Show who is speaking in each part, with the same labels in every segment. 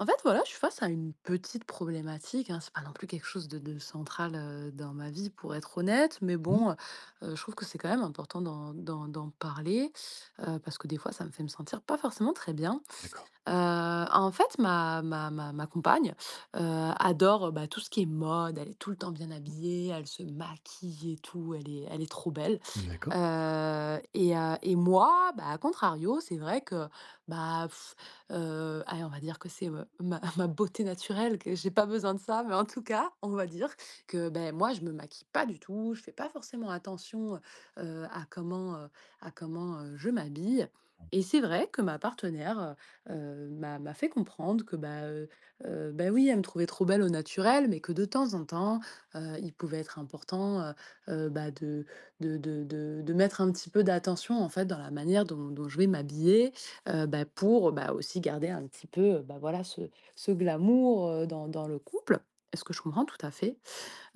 Speaker 1: En fait, voilà, je suis face à une petite problématique, hein. C'est pas non plus quelque chose de central dans ma vie, pour être honnête, mais
Speaker 2: Mmh.
Speaker 1: bon, je trouve que c'est quand même important d'en parler, parce que des fois, ça me fait me sentir pas forcément très bien.
Speaker 2: D'accord,
Speaker 1: Heu, En fait, ma compagne, adore, bah, tout ce qui est mode. Elle est tout le temps bien habillée, elle se maquille et tout, elle est trop belle.
Speaker 2: d'accord.
Speaker 1: Et moi, bah, à contrario, c'est vrai que, bah, allez, on va dire que c'est, ma ma beauté naturelle, que j'ai pas besoin de ça, mais en tout cas, on va dire que, ben moi, je me maquille pas du tout, je fais pas forcément attention, heu, à comment, heu, à comment, je m'habille. Et c'est vrai que ma partenaire, m'a fait comprendre que, bah, bah, oui, elle me trouvait trop belle au naturel, mais que de temps en temps, il pouvait être important, bah, de mettre un petit peu d'attention, en fait, dans la manière dont je vais m'habiller, bah, pour, bah, aussi garder un petit peu, bah, voilà, ce glamour, dans le couple. Est ce que je comprends tout à fait.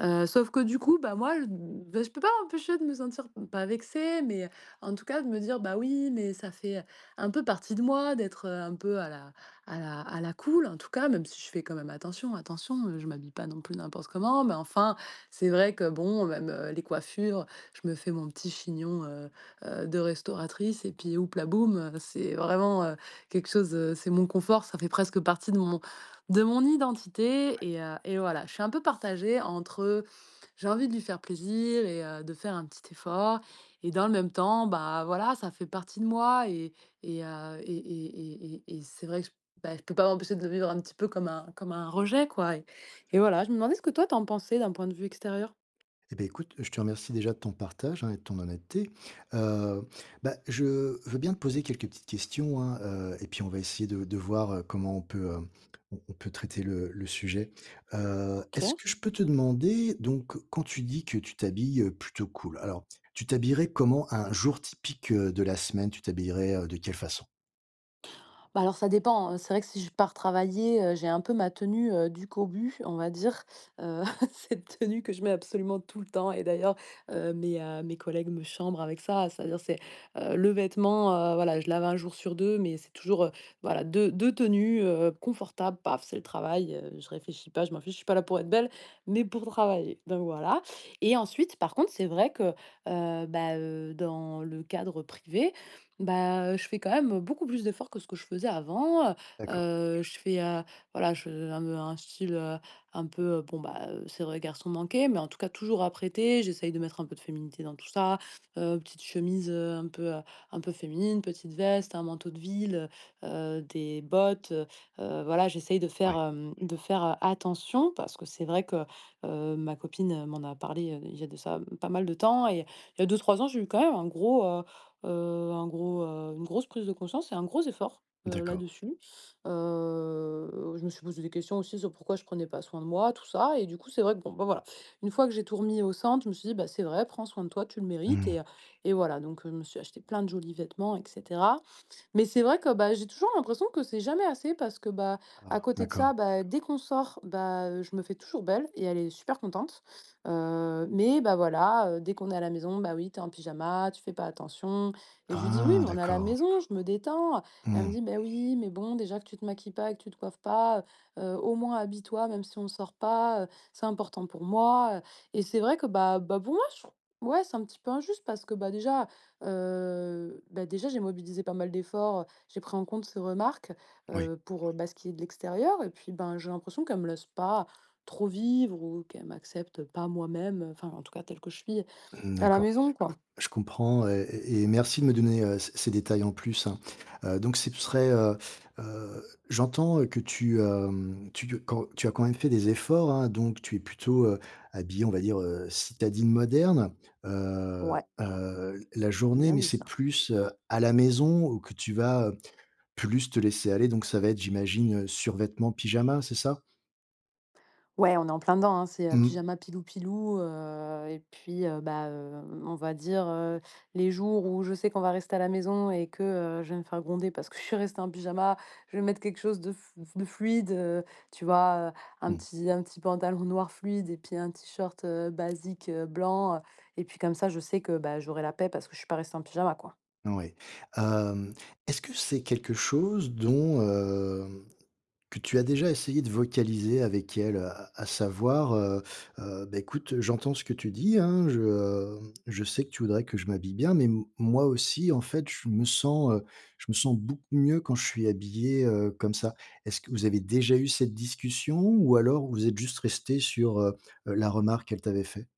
Speaker 1: Sauf que du coup, bah, moi, je peux pas m'empêcher de me sentir pas vexée, mais en tout cas de me dire: «Bah, oui, mais ça fait un peu partie de moi d'être, un peu à la cool», en tout cas, même si je fais quand même attention, attention, je m'habille pas non plus n'importe comment, mais enfin, c'est vrai que bon, même, les coiffures, je me fais mon petit chignon, de restauratrice et puis la boum, c'est vraiment, quelque chose, c'est mon confort, ça fait presque partie de mon identité et voilà. Je suis un peu partagée entre j'ai envie de lui faire plaisir et de faire un petit effort et dans le même temps, bah, voilà, ça fait partie de moi et heu, et et et c'est vrai que je peux pas m'empêcher de le vivre un petit peu comme un rejet, quoi et
Speaker 2: Ouais,
Speaker 1: et
Speaker 2: d'accord.
Speaker 1: voilà, je me demandais ce que toi t'en pensais d'un point de vue extérieur?
Speaker 2: Eh beh, écoute, je te remercie déjà de ton partage, hein, et de ton honnêteté. Heu, je veux bien te poser quelques petites questions, hein, et puis on va essayer de voir, comment on peut, on peut traiter le sujet. Est-ce
Speaker 1: OK.
Speaker 2: que je peux te demander, donc quand tu dis que tu t'habilles, plutôt cool, alors tu t'habillerais comment un jour typique, de la semaine? Tu t'habillerais, de quelle façon?
Speaker 1: Bah, alors ça dépend, hein. C'est vrai que si je pars travailler, j'ai un peu ma tenue, du cobu, on va dire, heu, cette tenue que je mets absolument tout le temps et d'ailleurs, mes collègues me chambrent avec ça. C'est-à-dire c'est, le vêtement, voilà, je lave un jour sur deux, mais c'est toujours, voilà deux tenues, confortables, paf, c'est le travail, je réfléchis pas, je m'en fiche, je suis pas là pour être belle, mais pour travailler, donc voilà. Et ensuite, par contre, c'est vrai que, bah, dans le cadre privé, bah, je fais quand même beaucoup plus d'efforts que ce que je faisais avant.
Speaker 2: D'accord,
Speaker 1: Je fais, voilà, je un style, un peu, bon, bah, c'est vrai garçon manqué, mais en tout cas toujours apprêté. J'essaye de mettre un peu de féminité dans tout ça, petite chemise, un peu féminine, petite veste, un manteau de ville, heu des bottes, voilà, j'essaye de faire,
Speaker 2: ouais,
Speaker 1: attention parce que c'est vrai que, ma copine, m'en a parlé, il y a de ça pas mal de temps et il y a deux trois ans, j'ai eu quand même une grosse prise de conscience et un gros effort,
Speaker 2: d'accord.
Speaker 1: là-dessus. Je me suis posé des questions aussi sur pourquoi je prenais pas soin de moi, tout ça et du coup, c'est vrai que bon, bah, voilà, une fois que j'ai tout remis au centre, je me suis dit: «Bah, c'est vrai, prends soin de toi, tu le mérites»
Speaker 2: Mmh.
Speaker 1: et voilà, donc je me suis acheté plein de jolis vêtements et cetera. Mais c'est vrai que, bah, j'ai toujours l'impression que c'est jamais assez parce que, bah, à
Speaker 2: Ah.
Speaker 1: côté de
Speaker 2: D'accord.
Speaker 1: ça, bah, dès qu'on sort, bah, je me fais toujours belle et elle est super contente. Mais bah, voilà, dès qu'on est à la maison, bah, oui, t'es en pyjama, tu fais pas attention. Et je lui dis: «Oui,
Speaker 2: Ah
Speaker 1: mais on est à la
Speaker 2: d'accord.
Speaker 1: maison, je me détends». Elle me
Speaker 2: Mmh,
Speaker 1: dit: ben oui, mais bon, déjà que tu te maquilles pas et que tu te coiffes pas, au moins habille-toi même si on sort pas, c'est important pour moi, et c'est vrai que, bah, pour moi, je trou ouais, c'est un petit peu injuste parce que, bah, déjà, j'ai mobilisé pas mal d'efforts, j'ai pris en compte ses remarques,
Speaker 2: oui,
Speaker 1: pour, bah, ce qui est de l'extérieur et puis, ben, j'ai l'impression qu'elle me laisse pas trop vivre ou qu'elle m'accepte pas moi-même, enfin, en tout cas, telle que je suis
Speaker 2: Mmh,
Speaker 1: à la
Speaker 2: d'accord.
Speaker 1: maison, quoi.
Speaker 2: Je comprends et merci de me donner, c ces détails en plus, hein. Donc ce serait, heu, j'entends, que tu quand tu as quand même fait des efforts, hein, donc tu es plutôt, habillée, on va dire, citadine moderne.
Speaker 1: Ouais,
Speaker 2: La
Speaker 1: c'est
Speaker 2: journée,
Speaker 1: bien
Speaker 2: mais
Speaker 1: dit.
Speaker 2: c'est
Speaker 1: ça.
Speaker 2: plus, à la maison ou que tu vas, plus te laisser aller, donc ça va être, j'imagine, survêtement, pyjama, c'est ça?
Speaker 1: Ouais, on est en plein dedans, hein, c'est,
Speaker 2: Mmh
Speaker 1: pyjama pilou pilou, et puis, bah, on va dire, les jours où je sais qu'on va rester à la maison et que, je vais me faire gronder parce que je suis restée en pyjama, je vais mettre quelque chose de fluide, tu vois? Un
Speaker 2: mh,
Speaker 1: petit un petit pantalon noir fluide et puis un t-shirt, basique, blanc, et puis comme ça je sais que, bah, j'aurai la paix parce que je suis pas restée en pyjama, quoi.
Speaker 2: ouais. Hem, Est-ce que c'est quelque chose dont, que tu as déjà essayé de vocaliser avec elle, à savoir, «Bah, écoute, j'entends ce que tu dis, hein, je sais que tu voudrais que je m'habille bien, mais m moi aussi, en fait, je me sens beaucoup mieux quand je suis habillé comme ça». Est-ce que vous avez déjà eu cette discussion ou alors vous êtes juste resté sur, la remarque qu'elle t'avait fait?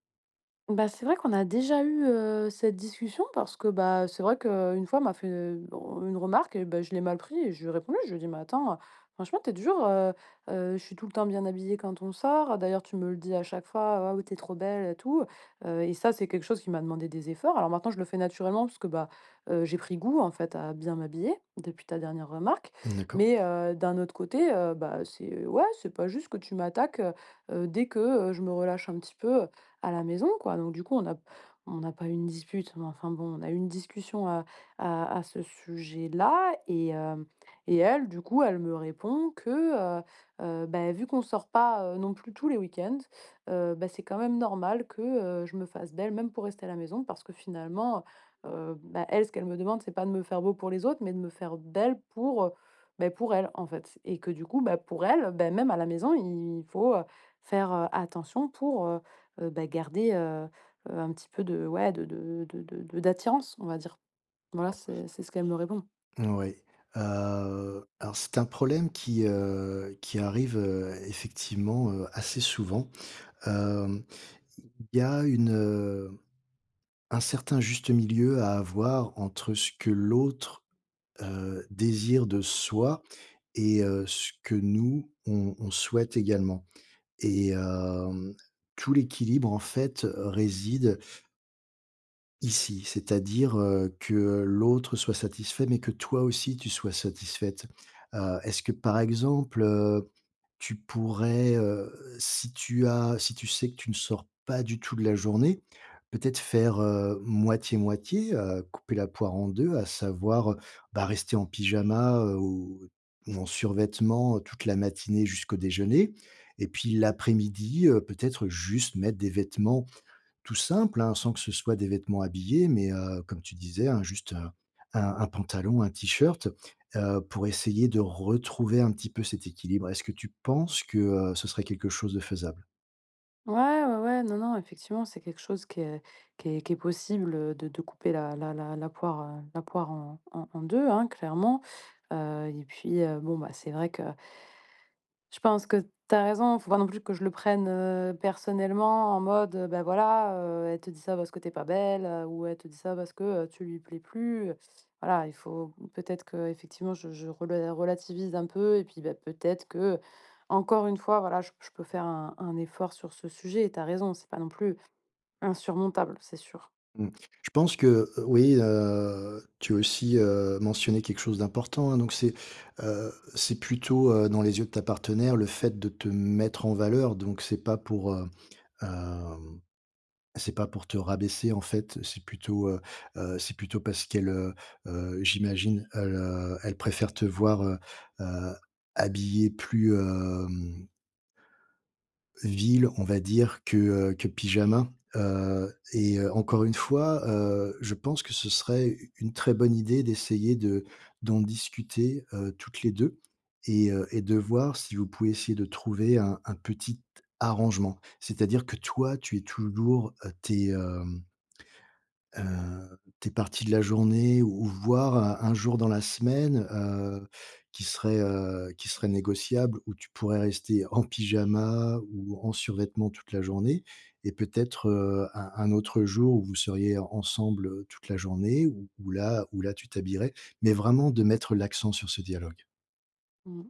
Speaker 1: Bah, c'est vrai qu'on a déjà eu, cette discussion parce que, bah, c'est vrai qu'une fois, m'a fait, bon, une remarque et bah, je l'ai mal pris et je lui ai répondu. Je lui ai dit: «Mais attends, franchement, t'es dur du genre, je suis tout le temps bien habillée quand on sort. D'ailleurs, tu me le dis à chaque fois, waouh, tu es trop belle et tout». Et ça, c'est quelque chose qui m'a demandé des efforts. Alors maintenant, je le fais naturellement parce que, bah, j'ai pris goût, en fait, à bien m'habiller depuis ta dernière remarque.
Speaker 2: D'accord.
Speaker 1: Mais, d'un autre côté, bah, c'est ouais, c'est pas juste que tu m'attaques, dès que, je me relâche un petit peu, à la maison, quoi. Donc du coup, on n'a pas eu une dispute, mais enfin bon, on a eu une discussion à ce sujet-là et elle, du coup, elle me répond que, bah, vu qu'on sort pas, non plus tous les week-ends, bah, c'est quand même normal que, je me fasse belle, même pour rester à la maison parce que finalement, bah, elle, ce qu'elle me demande, c'est pas de me faire beau pour les autres, mais de me faire belle pour elle, en fait et que du coup, bah, pour elle, bah, même à la maison, il faut, faire, attention pour, bah, garder, un petit peu de ouais, de d'attirance, on va dire. Voilà, c'est ce qu'elle me répond.
Speaker 2: Oui. Alors c'est un problème qui arrive, effectivement, assez souvent, hem il y a une, un certain juste milieu à avoir entre ce que l'autre, désire de soi et ce que nous, on souhaite également et tout l'équilibre, en fait, réside ici. C'est-à-dire, que l'autre soit satisfait, mais que toi aussi tu sois satisfaite. Est-ce que, par exemple, tu pourrais, si tu as si tu sais que tu ne sors pas du tout de la journée, peut-être faire, moitié-moitié, couper la poire en 2, à savoir, bah, rester en pyjama, ou en survêtement, toute la matinée jusqu'au déjeuner et puis l'après-midi, peut-être juste mettre des vêtements tout simple, hein, sans que ce soit des vêtements habillés, mais comme tu disais, hein, juste, un pantalon, un t-shirt, pour essayer de retrouver un petit peu cet équilibre. Est-ce que tu penses que, ce serait quelque chose de faisable?
Speaker 1: Ouais, ouais, ouais, non, non, effectivement, c'est quelque chose qui est possible, de couper la poire, la poire en deux, hein, clairement. Et puis, bon, bah, c'est vrai que je pense que tu as raison, faut pas non plus que je le prenne, personnellement en mode, bah, voilà, elle te dit ça parce que t'es pas belle, ou elle te dit ça parce que, tu lui plais plus. Voilà, il faut peut-être qu'effectivement je relativise un peu et puis, bah, peut-être que encore une fois, voilà, je peux faire un effort sur ce sujet et tu as raison, c'est pas non plus insurmontable, c'est sûr.
Speaker 2: Mmh. Je pense que, oui, tu as aussi, mentionné quelque chose d'important, hein, donc c'est plutôt, dans les yeux de ta partenaire, le fait de te mettre en valeur, donc c'est pas pour, hem c'est pas pour te rabaisser en fait, c'est plutôt parce qu'elle, j'imagine, elle, elle préfère te voir, heu, habillée plus, ville, on va dire, que pyjama, et encore une fois, je pense que ce serait u une très bonne idée d'essayer de d'en discuter, toutes les 2 et de voir si vous pouvez essayer de trouver un petit arrangement. C'est-à-dire que toi, tu es toujours, tes, hem tes parties de la journée ou voire, un jour dans la semaine, qui serait négociable où tu pourrais rester en pyjama ou en survêtement toute la journée et peut-être, un autre jour où vous seriez ensemble, toute la journée où là tu t'habillerais, mais vraiment de mettre l'accent sur ce dialogue.
Speaker 1: Mmh.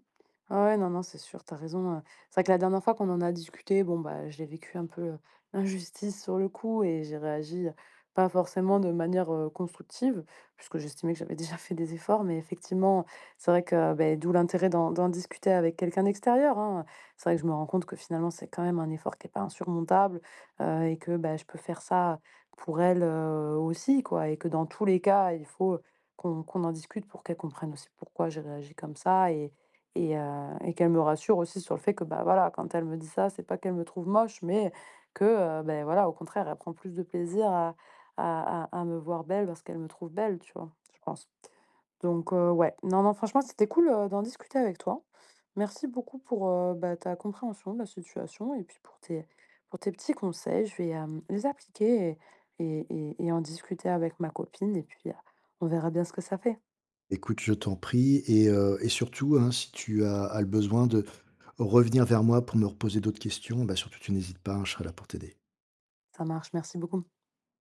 Speaker 1: Ouais, ouais, non, non, c'est sûr, t'as raison. C'est vrai que la dernière fois qu'on en a discuté, bon, bah, j'ai vécu un peu, l'injustice sur le coup et j'ai réagi, pas forcément de manière, constructive, puisque j'estimais que j'avais déjà fait des efforts. Mais effectivement, c'est vrai que, beh, d'où l'intérêt d'en discuter avec quelqu'un d'extérieur, hein. C'est vrai que je me rends compte que finalement, c'est quand même un effort qui est pas insurmontable, et que, bah, je peux faire ça pour elle, aussi, quoi. Et que dans tous les cas, il faut qu'on en discute pour qu'elle comprenne aussi pourquoi j'ai réagi comme ça et qu'elle me rassure aussi sur le fait que, bah, voilà, quand elle me dit ça, c'est pas qu'elle me trouve moche, mais que, beh, voilà, au contraire, elle prend plus de plaisir à me voir belle parce qu'elle me trouve belle, tu vois? Je pense. Donc, ouais, non, non, franchement, c'était cool, d'en discuter avec toi. Merci beaucoup pour, bah, ta compréhension de la situation et puis pour tes petits conseils. Je vais, les appliquer et en discuter avec ma copine et puis, on verra bien ce que ça fait.
Speaker 2: Écoute, je t'en prie et surtout, hein, si tu as le besoin de revenir vers moi pour me reposer d'autres questions, bah, surtout tu n'hésites pas, hein, je serai là pour t'aider.
Speaker 1: Ça marche, merci beaucoup.